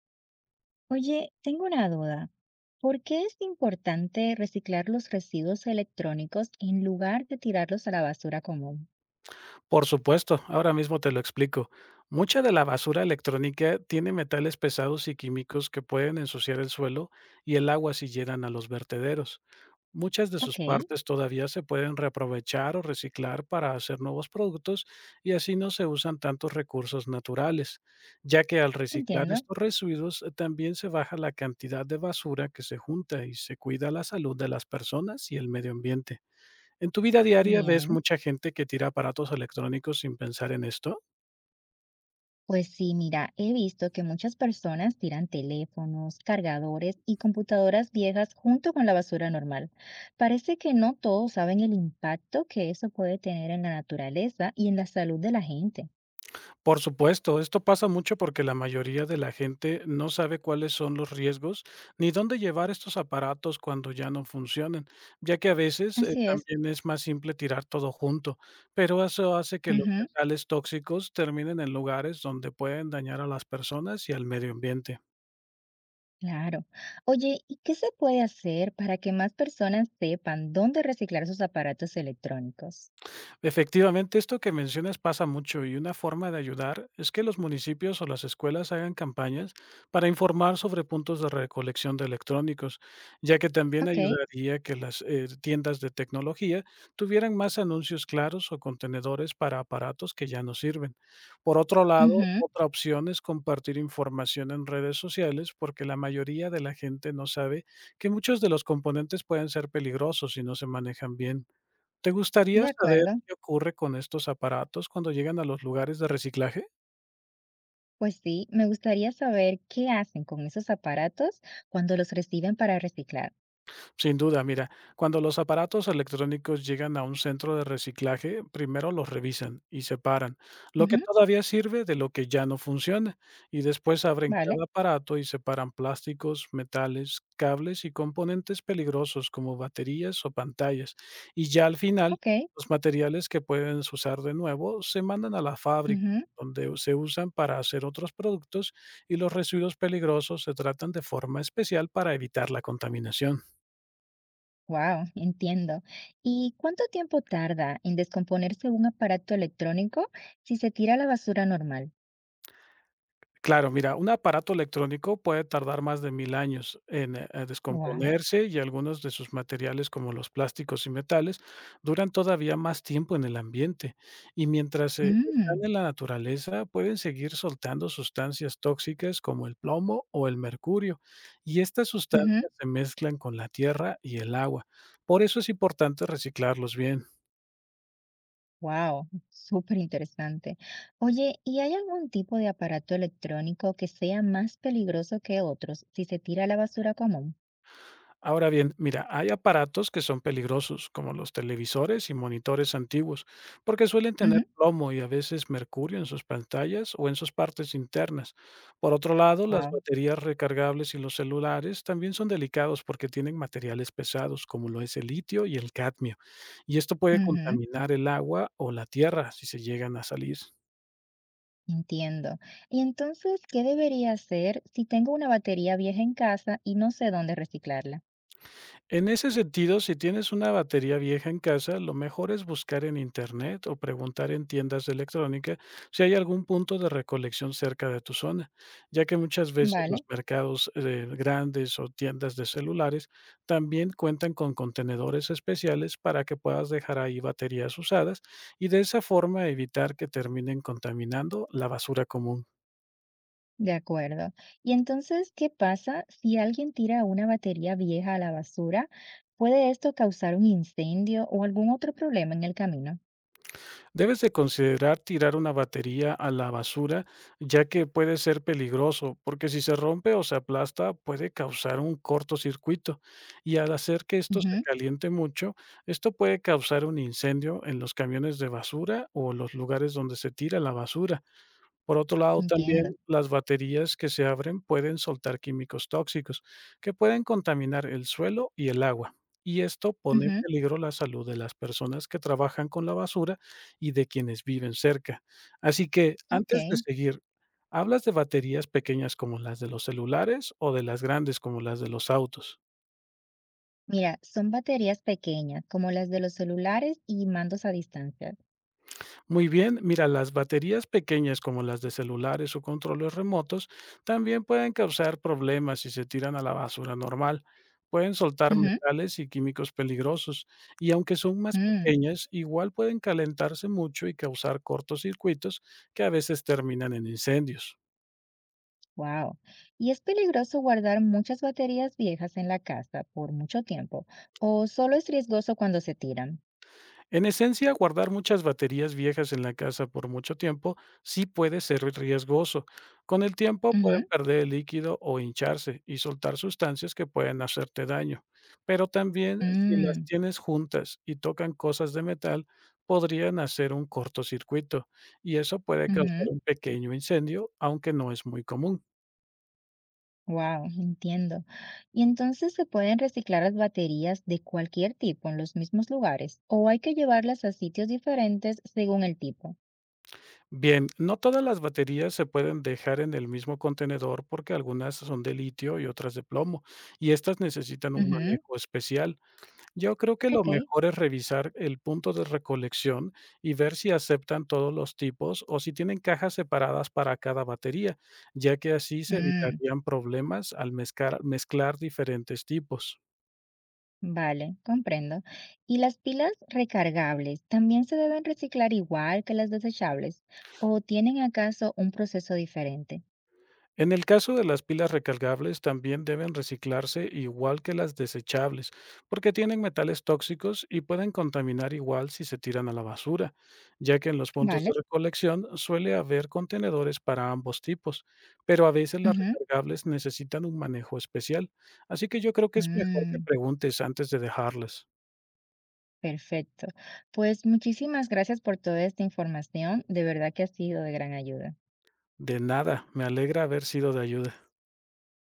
Oye, tengo una duda. ¿Por qué es importante reciclar los residuos electrónicos en lugar de tirarlos a la basura común? Por supuesto, ahora mismo te lo explico. Mucha de la basura electrónica tiene metales pesados y químicos que pueden ensuciar el suelo y el agua si llegan a los vertederos. Muchas de sus Ok, partes todavía se pueden reaprovechar o reciclar para hacer nuevos productos y así no se usan tantos recursos naturales, ya que al reciclar entiendo. estos residuos también se baja la cantidad de basura que se junta y se cuida la salud de las personas y el medio ambiente. ¿En tu vida diaria ves Bien. mucha gente que tira aparatos electrónicos sin pensar en esto? Pues sí, mira, he visto que muchas personas tiran teléfonos, cargadores y computadoras viejas junto con la basura normal. Parece que no todos saben el impacto que eso puede tener en la naturaleza y en la salud de la gente. Por supuesto, esto pasa mucho porque la mayoría de la gente no sabe cuáles son los riesgos ni dónde llevar estos aparatos cuando ya no funcionen, ya que a veces Así es. también es más simple tirar todo junto, pero eso hace que los Ujú. metales tóxicos terminen en lugares donde pueden dañar a las personas y al medio ambiente. Claro. Oye, ¿y qué se puede hacer para que más personas sepan dónde reciclar sus aparatos electrónicos? Efectivamente, esto que mencionas pasa mucho, y una forma de ayudar es que los municipios o las escuelas hagan campañas para informar sobre puntos de recolección de electrónicos, ya que también Ok, ayudaría que las tiendas de tecnología tuvieran más anuncios claros o contenedores para aparatos que ya no sirven. Por otro lado, ujú, otra opción es compartir información en redes sociales, porque la mayoría de la gente no sabe que muchos de los componentes pueden ser peligrosos si no se manejan bien. ¿Te gustaría de saber acuerdo. qué ocurre con estos aparatos cuando llegan a los lugares de reciclaje? Pues sí, me gustaría saber qué hacen con esos aparatos cuando los reciben para reciclar. Sin duda, mira, cuando los aparatos electrónicos llegan a un centro de reciclaje, primero los revisan y separan lo que Ujú, todavía sirve de lo que ya no funciona, y después abren vale, cada aparato y separan plásticos, metales, cables y componentes peligrosos como baterías o pantallas. Y ya al final, ok, los materiales que pueden usar de nuevo se mandan a la fábrica, donde se usan para hacer otros productos, y los residuos peligrosos se tratan de forma especial para evitar la contaminación. wow, entiendo. ¿Y cuánto tiempo tarda en descomponerse un aparato electrónico si se tira a la basura normal? Claro, mira, un aparato electrónico puede tardar más de mil años en Wow. descomponerse, y algunos de sus materiales, como los plásticos y metales, duran todavía más tiempo en el ambiente. Y mientras están en la naturaleza, pueden seguir soltando sustancias tóxicas como el plomo o el mercurio. Y estas sustancias se mezclan con la tierra y el agua. Por eso es importante reciclarlos bien. Wow, súper interesante. Oye, ¿y hay algún tipo de aparato electrónico que sea más peligroso que otros si se tira a la basura común? Ahora bien, mira, hay aparatos que son peligrosos, como los televisores y monitores antiguos, porque suelen tener plomo y a veces mercurio en sus pantallas o en sus partes internas. Por otro lado, las Wow, baterías recargables y los celulares también son delicados, porque tienen materiales pesados, como lo es el litio y el cadmio, y esto puede contaminar el agua o la tierra si se llegan a salir. entiendo. Y entonces, ¿qué debería hacer si tengo una batería vieja en casa y no sé dónde reciclarla? En ese sentido, si tienes una batería vieja en casa, lo mejor es buscar en internet o preguntar en tiendas de electrónica si hay algún punto de recolección cerca de tu zona, ya que muchas veces los Vale, mercados grandes o tiendas de celulares también cuentan con contenedores especiales para que puedas dejar ahí baterías usadas y de esa forma evitar que terminen contaminando la basura común. de acuerdo. Y entonces, ¿qué pasa si alguien tira una batería vieja a la basura? ¿Puede esto causar un incendio o algún otro problema en el camino? Debes de considerar tirar una batería a la basura, ya que puede ser peligroso, porque si se rompe o se aplasta puede causar un cortocircuito, y al hacer que esto se Ujú, caliente mucho, esto puede causar un incendio en los camiones de basura o los lugares donde se tira la basura. Por otro lado, también entiendo. las baterías que se abren pueden soltar químicos tóxicos que pueden contaminar el suelo y el agua. Y esto pone en Ujú. peligro la salud de las personas que trabajan con la basura y de quienes viven cerca. Así que, antes de Ok, seguir, ¿hablas de baterías pequeñas como las de los celulares o de las grandes como las de los autos? mira, son baterías pequeñas, como las de los celulares y mandos a distancia. Muy bien, mira, las baterías pequeñas como las de celulares o controles remotos también pueden causar problemas si se tiran a la basura normal. Pueden soltar Ujú. metales y químicos peligrosos, y aunque son más Mm, pequeñas, igual pueden calentarse mucho y causar cortocircuitos que a veces terminan en incendios. wow. ¿Y es peligroso guardar muchas baterías viejas en la casa por mucho tiempo? ¿O solo es riesgoso cuando se tiran? En esencia, guardar muchas baterías viejas en la casa por mucho tiempo sí puede ser riesgoso. Con el tiempo pueden Ujú. perder el líquido o hincharse y soltar sustancias que pueden hacerte daño. Pero también, si las Mm, tienes juntas y tocan cosas de metal, podrían hacer un cortocircuito, y eso puede causar ujú. un pequeño incendio, aunque no es muy común. Wow, entiendo. ¿Y entonces se pueden reciclar las baterías de cualquier tipo en los mismos lugares? ¿O hay que llevarlas a sitios diferentes según el tipo? Bien, no todas las baterías se pueden dejar en el mismo contenedor, porque algunas son de litio y otras de plomo, y estas necesitan un Ujú, manejo especial. Yo creo que lo ok. mejor es revisar el punto de recolección y ver si aceptan todos los tipos o si tienen cajas separadas para cada batería, ya que así se Mm. evitarían problemas al mezclar diferentes tipos. Vale, comprendo. ¿Y las pilas recargables también se deben reciclar igual que las desechables? ¿O tienen acaso un proceso diferente? En el caso de las pilas recargables, también deben reciclarse igual que las desechables, porque tienen metales tóxicos y pueden contaminar igual si se tiran a la basura, ya que en los puntos de Vale. recolección suele haber contenedores para ambos tipos, pero a veces las Ujú, recargables necesitan un manejo especial, así que yo creo que es mejor que mm, preguntes antes de dejarlas. perfecto. Pues muchísimas gracias por toda esta información. De verdad que ha sido de gran ayuda. De nada, me alegra haber sido de ayuda.